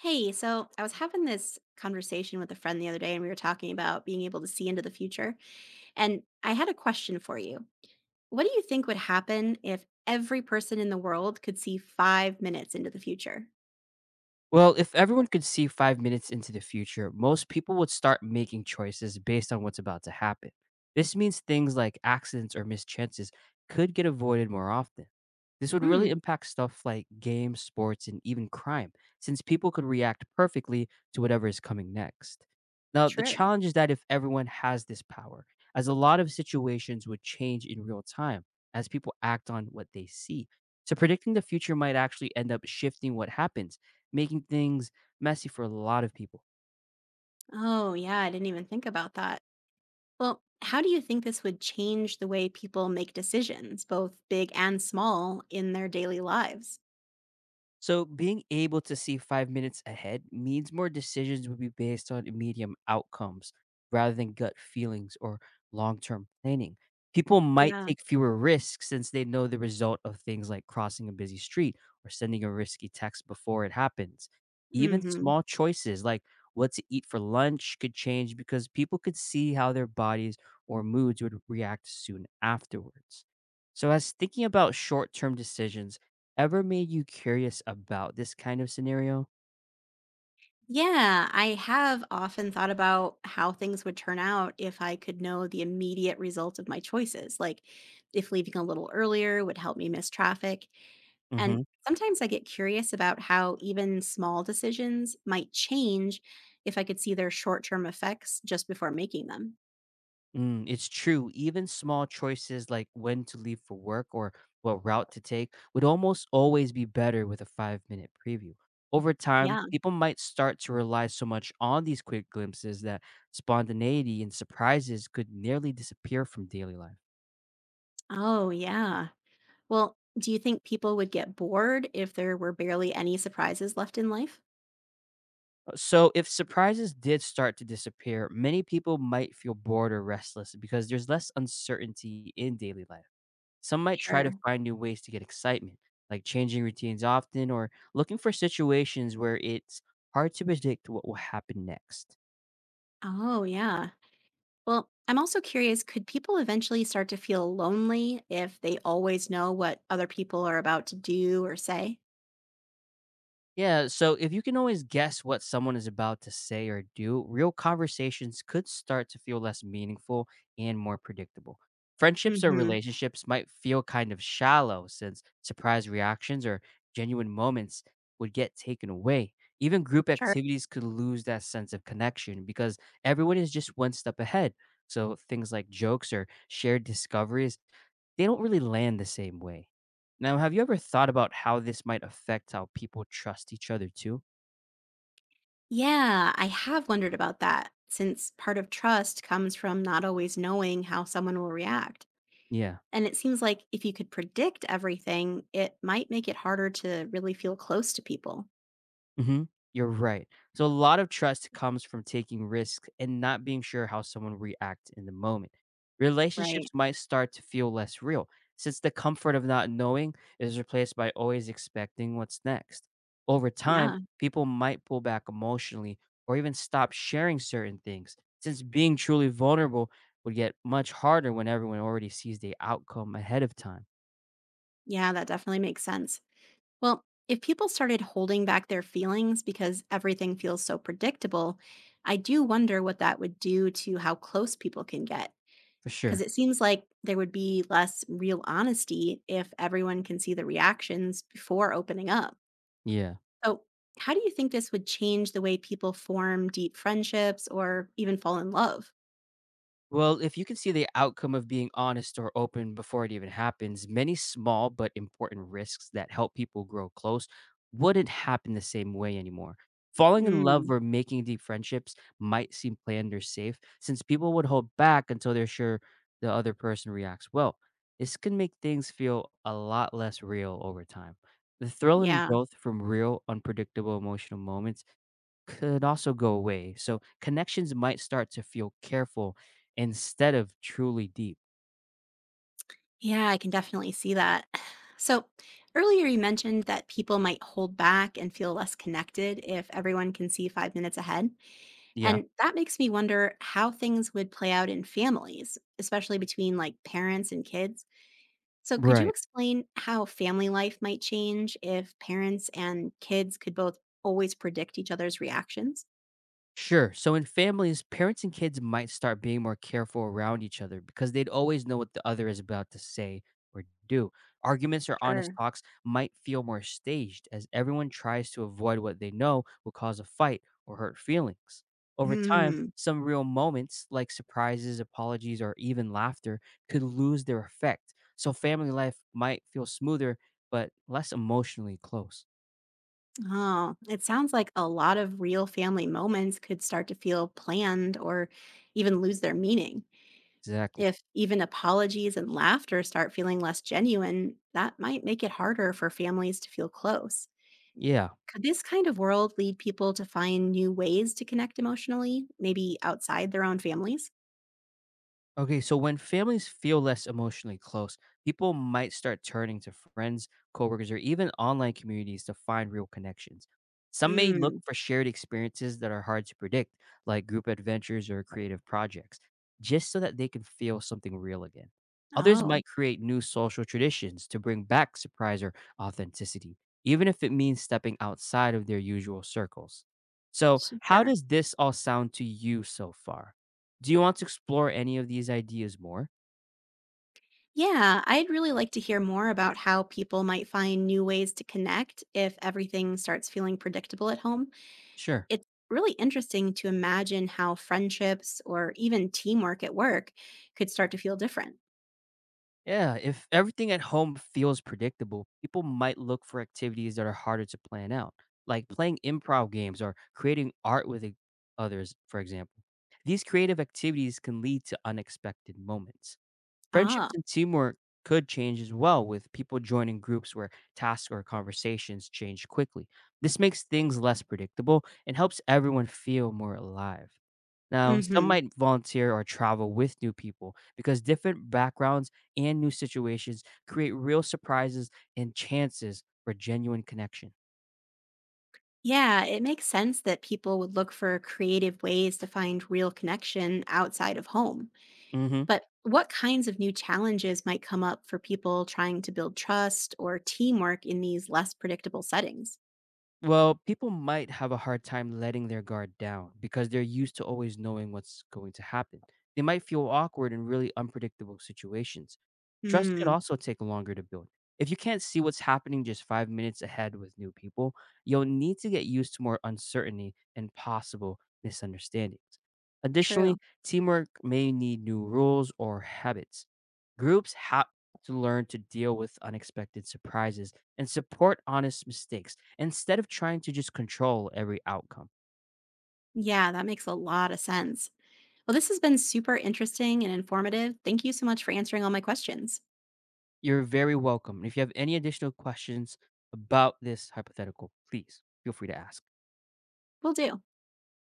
Hey, so I was having this conversation with a friend the other day, and we were talking about being able to see into the future. And I had a question for you. What do you think would happen if every person in the world could see 5 minutes into the future? Well, if everyone could see 5 minutes into the future, most people would start making choices based on what's about to happen. This means things like accidents or mischances could get avoided more often. This would really Hmm. impact stuff like games, sports, and even crime, since people could react perfectly to whatever is coming next. Now, the True. challenge is that if everyone has this power, as a lot of situations would change in real time as people act on what they see. So, predicting the future might actually end up shifting what happens making things messy for a lot of people. Oh, yeah, I didn't even think about that. Well, how do you think this would change the way people make decisions, both big and small, in their daily lives? So being able to see 5 minutes ahead means more decisions will be based on immediate outcomes rather than gut feelings or long term planning. People might Yeah. take fewer risks since they know the result of things like crossing a busy street or sending a risky text before it happens. Even hmm small choices like what to eat for lunch could change because people could see how their bodies or moods would react soon afterwards. So, as thinking about short term decisions, ever made you curious about this kind of scenario? Yeah, I have often thought about how things would turn out if I could know the immediate result of my choices, like if leaving a little earlier would help me miss traffic. And Mhm. sometimes I get curious about how even small decisions might change if I could see their short term effects just before making them. Mm, it's true. Even small choices like when to leave for work or what route to take would almost always be better with a 5 minute preview. Over time, Yeah. people might start to rely so much on these quick glimpses that spontaneity and surprises could nearly disappear from daily life. Oh, yeah. Well, do you think people would get bored if there were barely any surprises left in life? So, if surprises did start to disappear, many people might feel bored or restless because there's less uncertainty in daily life. Some might try to Sure. find new ways to get excitement, like changing routines often or looking for situations where it's hard to predict what will happen next. Oh, yeah. Well, I'm also curious, could people eventually start to feel lonely if they always know what other people are about to do or say? Yeah, so if you can always guess what someone is about to say or do, real conversations could start to feel less meaningful and more predictable. Friendships or hmm relationships might feel kind of shallow since surprise reactions or genuine moments would get taken away. Even group Sure. activities could lose that sense of connection because everyone is just one step ahead. So things like jokes or shared discoveries they don't really land the same way. Now, have you ever thought about how this might affect how people trust each other too? Yeah, I have wondered about that since part of trust comes from not always knowing how someone will react. Yeah. And it seems like if you could predict everything, it might make it harder to really feel close to people. Mhm. You're right. So a lot of trust comes from taking risks and not being sure how someone reacts in the moment. Right. Relationships might start to feel less real since the comfort of not knowing is replaced by always expecting what's next. Over time, Yeah, people might pull back emotionally or even stop sharing certain things since being truly vulnerable would get much harder when everyone already sees the outcome ahead of time. yeah, that definitely makes sense. Well, if people started holding back their feelings because everything feels so predictable, I do wonder what that would do to how close people can get. For Because sure. it seems like there would be less real honesty if everyone can see the reactions before opening up. Yeah. So, how do you think this would change the way people form deep friendships or even fall in love? Well, if you can see the outcome of being honest or open before it even happens, many small but important risks that help people grow close wouldn't happen the same way anymore. Falling in love Mm. or making deep friendships might seem planned or safe since people would hold back until they're sure the other person reacts well. This can make things feel a lot less real over time. The thrill and Yeah. growth from real, unpredictable emotional moments could also go away. So connections might start to feel careful instead of truly deep. Yeah, I can definitely see that. So, earlier you mentioned that people might hold back and feel less connected if everyone can see 5 minutes ahead. Yeah. And that makes me wonder how things would play out in families, especially between like parents and kids. So, could you Right. explain how family life might change if parents and kids could both always predict each other's reactions? Sure. So in families, parents and kids might start being more careful around each other because they'd always know what the other is about to say or do. Arguments or honest talks might feel more staged as everyone tries to avoid what they know will cause a fight or hurt feelings. Over time, Sure. some real moments like surprises, apologies, or even laughter could lose their effect. So family life might feel smoother but less emotionally close. Oh, it sounds like a lot of real family moments could start to feel planned or even lose their meaning. Exactly. If even apologies and laughter start feeling less genuine, that might make it harder for families to feel close. Yeah. Could this kind of world lead people to find new ways to connect emotionally, maybe outside their own families? Okay, so when families feel less emotionally close, people might start turning to friends, coworkers, or even online communities to find real connections. Some may look Hmm. for shared experiences that are hard to predict, like group adventures or creative projects, just so that they can feel something real again. Others Oh, might create new social traditions to bring back surprise or authenticity, even if it means stepping outside of their usual circles. So, how sure. does this all sound to you so far? Do you want to explore any of these ideas more? Yeah, I'd really like to hear more about how people might find new ways to connect if everything starts feeling predictable at home. Sure. It's really interesting to imagine how friendships or even teamwork at work could start to feel different. Yeah, if everything at home feels predictable, people might look for activities that are harder to plan out, like playing improv games or creating art with others, for example. These creative activities can lead to unexpected moments. Ah. Friendships and teamwork could change as well with people joining groups where tasks or conversations change quickly. This makes things less predictable and helps everyone feel more alive. Now, some hmm might volunteer or travel with new people because different backgrounds and new situations create real surprises and chances for genuine connection. yeah, it makes sense that people would look for creative ways to find real connection outside of home. Mhm. But what kinds of new challenges might come up for people trying to build trust or teamwork in these less predictable settings? Well, people might have a hard time letting their guard down because they're used to always knowing what's going to happen. They might feel awkward in really unpredictable situations. Trust could Hmm. also take longer to build. If you can't see what's happening just 5 minutes ahead with new people, you'll need to get used to more uncertainty and possible misunderstandings. True. Additionally, teamwork may need new rules or habits. Groups have to learn to deal with unexpected surprises and support honest mistakes instead of trying to just control every outcome. Yeah, that makes a lot of sense. Well, this has been super interesting and informative. Thank you so much for answering all my questions. You're very welcome. And if you have any additional questions about this hypothetical, please feel free to ask. Will do.